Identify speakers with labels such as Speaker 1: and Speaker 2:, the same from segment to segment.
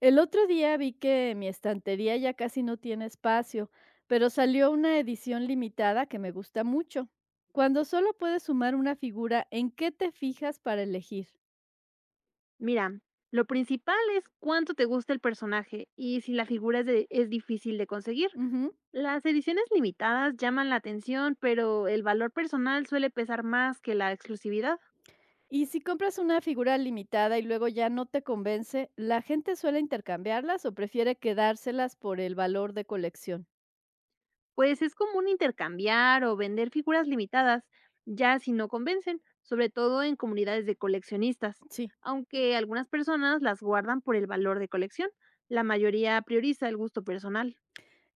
Speaker 1: El otro día vi que mi estantería ya casi no tiene espacio, pero salió una edición limitada que me gusta mucho. Cuando solo puedes sumar una figura, ¿en qué te fijas para elegir?
Speaker 2: Mira, lo principal es cuánto te gusta el personaje y si la figura es, es difícil de conseguir.
Speaker 1: Ujú.
Speaker 2: Las ediciones limitadas llaman la atención, pero el valor personal suele pesar más que la exclusividad.
Speaker 1: Y si compras una figura limitada y luego ya no te convence, ¿la gente suele intercambiarlas o prefiere quedárselas por el valor de colección?
Speaker 2: Pues es común intercambiar o vender figuras limitadas, ya si no convencen, sobre todo en comunidades de coleccionistas.
Speaker 1: Sí.
Speaker 2: Aunque algunas personas las guardan por el valor de colección, la mayoría prioriza el gusto personal.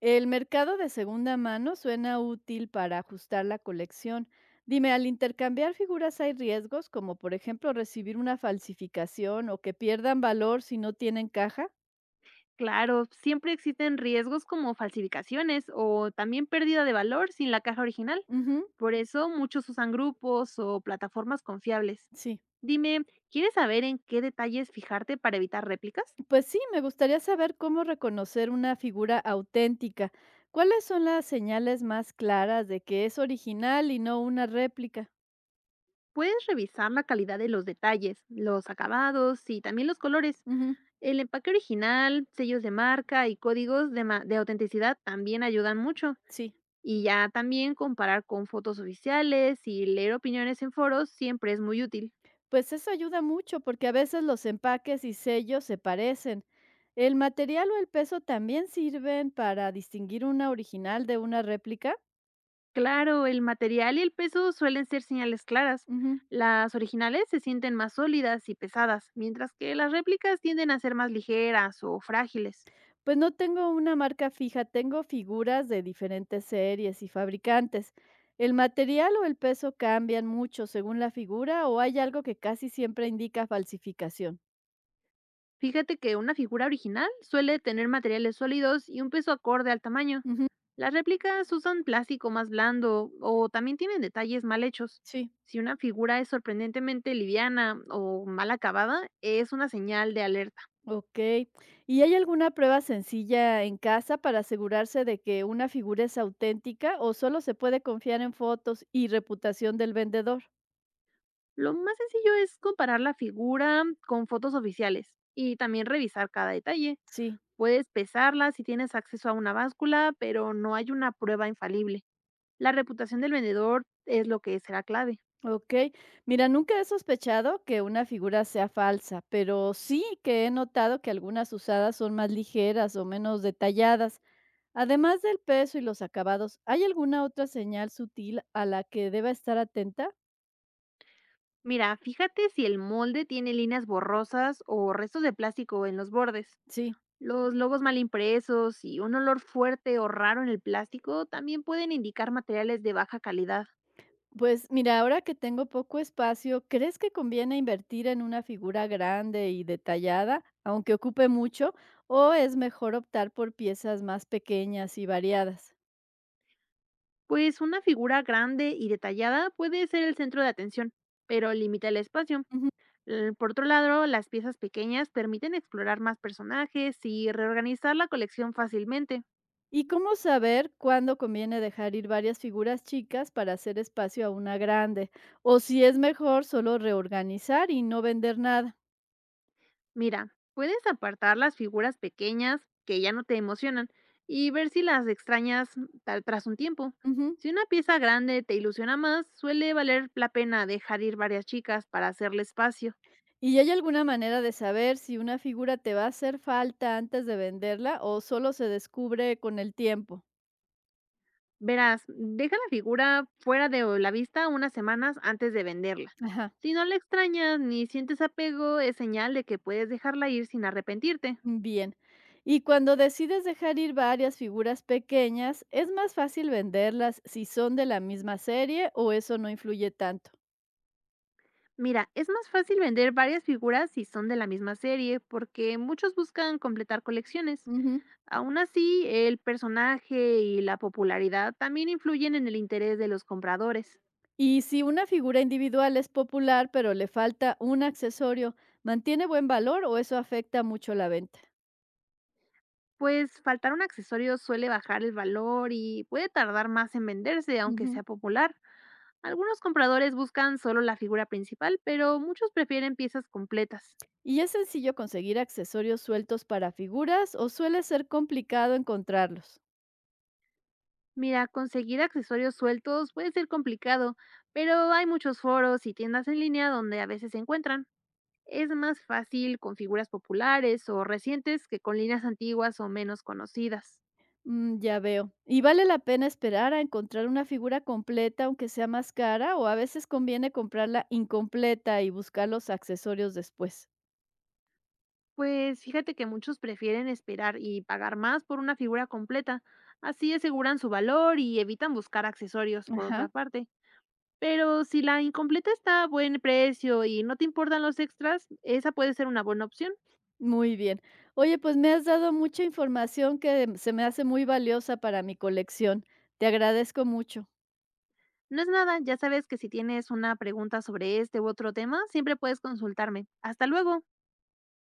Speaker 1: El mercado de segunda mano suena útil para ajustar la colección. Dime, al intercambiar figuras hay riesgos, como por ejemplo recibir una falsificación o que pierdan valor si no tienen caja.
Speaker 2: Claro, siempre existen riesgos como falsificaciones o también pérdida de valor sin la caja original.
Speaker 1: Ujú,
Speaker 2: Por eso muchos usan grupos o plataformas confiables.
Speaker 1: sí.
Speaker 2: Dime, ¿quieres saber en qué detalles fijarte para evitar réplicas?
Speaker 1: Pues sí, me gustaría saber cómo reconocer una figura auténtica. ¿Cuáles son las señales más claras de que es original y no una réplica?
Speaker 2: Puedes revisar la calidad de los detalles, los acabados y también los colores.
Speaker 1: Ujú,
Speaker 2: El empaque original, sellos de marca y códigos de, de autenticidad también ayudan mucho.
Speaker 1: sí.
Speaker 2: Y ya también comparar con fotos oficiales y leer opiniones en foros siempre es muy útil.
Speaker 1: Pues eso ayuda mucho porque a veces los empaques y sellos se parecen. ¿El material o el peso también sirven para distinguir una original de una réplica?
Speaker 2: Claro, el material y el peso suelen ser señales claras.
Speaker 1: Ujú.
Speaker 2: Las originales se sienten más sólidas y pesadas, mientras que las réplicas tienden a ser más ligeras o frágiles.
Speaker 1: Pues no tengo una marca fija, tengo figuras de diferentes series y fabricantes. ¿El material o el peso cambian mucho según la figura o hay algo que casi siempre indica falsificación?
Speaker 2: Fíjate que una figura original suele tener materiales sólidos y un peso acorde al tamaño.
Speaker 1: Ujú,
Speaker 2: Las réplicas usan plástico más blando o también tienen detalles mal hechos.
Speaker 1: sí.
Speaker 2: Si una figura es sorprendentemente liviana o mal acabada, es una señal de alerta.
Speaker 1: Okey. ¿Y hay alguna prueba sencilla en casa para asegurarse de que una figura es auténtica o solo se puede confiar en fotos y reputación del vendedor?
Speaker 2: Lo más sencillo es comparar la figura con fotos oficiales y también revisar cada detalle.
Speaker 1: Sí.
Speaker 2: Puedes pesarla si tienes acceso a una báscula, pero no hay una prueba infalible. La reputación del vendedor es lo que será clave.
Speaker 1: Okey. Mira, nunca he sospechado que una figura sea falsa, pero sí que he notado que algunas usadas son más ligeras o menos detalladas. Además del peso y los acabados, ¿hay alguna otra señal sutil a la que deba estar atenta?
Speaker 2: Mira, fíjate si el molde tiene líneas borrosas o restos de plástico en los bordes.
Speaker 1: Sí.
Speaker 2: Los logos mal impresos y un olor fuerte o raro en el plástico también pueden indicar materiales de baja calidad.
Speaker 1: Pues mira, ahora que tengo poco espacio, ¿crees que conviene invertir en una figura grande y detallada, aunque ocupe mucho, o es mejor optar por piezas más pequeñas y variadas?
Speaker 2: Pues una figura grande y detallada puede ser el centro de atención, pero limita el espacio.
Speaker 1: Ujú.
Speaker 2: Por otro lado, las piezas pequeñas permiten explorar más personajes y reorganizar la colección fácilmente.
Speaker 1: ¿Y cómo saber cuándo conviene dejar ir varias figuras chicas para hacer espacio a una grande? O si es mejor solo reorganizar y no vender nada.
Speaker 2: Mira, puedes apartar las figuras pequeñas que ya no te emocionan y ver si las extrañas tras un tiempo.
Speaker 1: Ujú.
Speaker 2: Si una pieza grande te ilusiona más, suele valer la pena dejar ir varias chicas para hacerle espacio.
Speaker 1: ¿Y hay alguna manera de saber si una figura te va a hacer falta antes de venderla o solo se descubre con el tiempo?
Speaker 2: Verás, deja la figura fuera de la vista unas semanas antes de venderla.
Speaker 1: Ajá.
Speaker 2: Si no la extrañas ni sientes apego, es señal de que puedes dejarla ir sin arrepentirte.
Speaker 1: Bien. Y cuando decides dejar ir varias figuras pequeñas, ¿es más fácil venderlas si son de la misma serie o eso no influye tanto?
Speaker 2: Mira, es más fácil vender varias figuras si son de la misma serie, porque muchos buscan completar colecciones.
Speaker 1: Ujú.
Speaker 2: Aún así, el personaje y la popularidad también influyen en el interés de los compradores.
Speaker 1: Y si una figura individual es popular pero le falta un accesorio, ¿mantiene buen valor o eso afecta mucho la venta?
Speaker 2: Pues faltar un accesorio suele bajar el valor y puede tardar más en venderse, aunque
Speaker 1: Ujú.
Speaker 2: sea popular. Algunos compradores buscan solo la figura principal, pero muchos prefieren piezas completas.
Speaker 1: ¿Y es sencillo conseguir accesorios sueltos para figuras o suele ser complicado encontrarlos?
Speaker 2: Mira, conseguir accesorios sueltos puede ser complicado, pero hay muchos foros y tiendas en línea donde a veces se encuentran. Es más fácil con figuras populares o recientes que con líneas antiguas o menos conocidas.
Speaker 1: Mm, ya veo. ¿Y vale la pena esperar a encontrar una figura completa, aunque sea más cara, o a veces conviene comprarla incompleta y buscar los accesorios después?
Speaker 2: Pues fíjate que muchos prefieren esperar y pagar más por una figura completa, así aseguran su valor y evitan buscar accesorios por otra
Speaker 1: Ajá.
Speaker 2: parte. Pero si la incompleta está a buen precio y no te importan los extras, esa puede ser una buena opción.
Speaker 1: Muy bien. Oye, pues me has dado mucha información que se me hace muy valiosa para mi colección. Te agradezco mucho.
Speaker 2: No es nada, ya sabes que si tienes una pregunta sobre este u otro tema, siempre puedes consultarme. Hasta luego.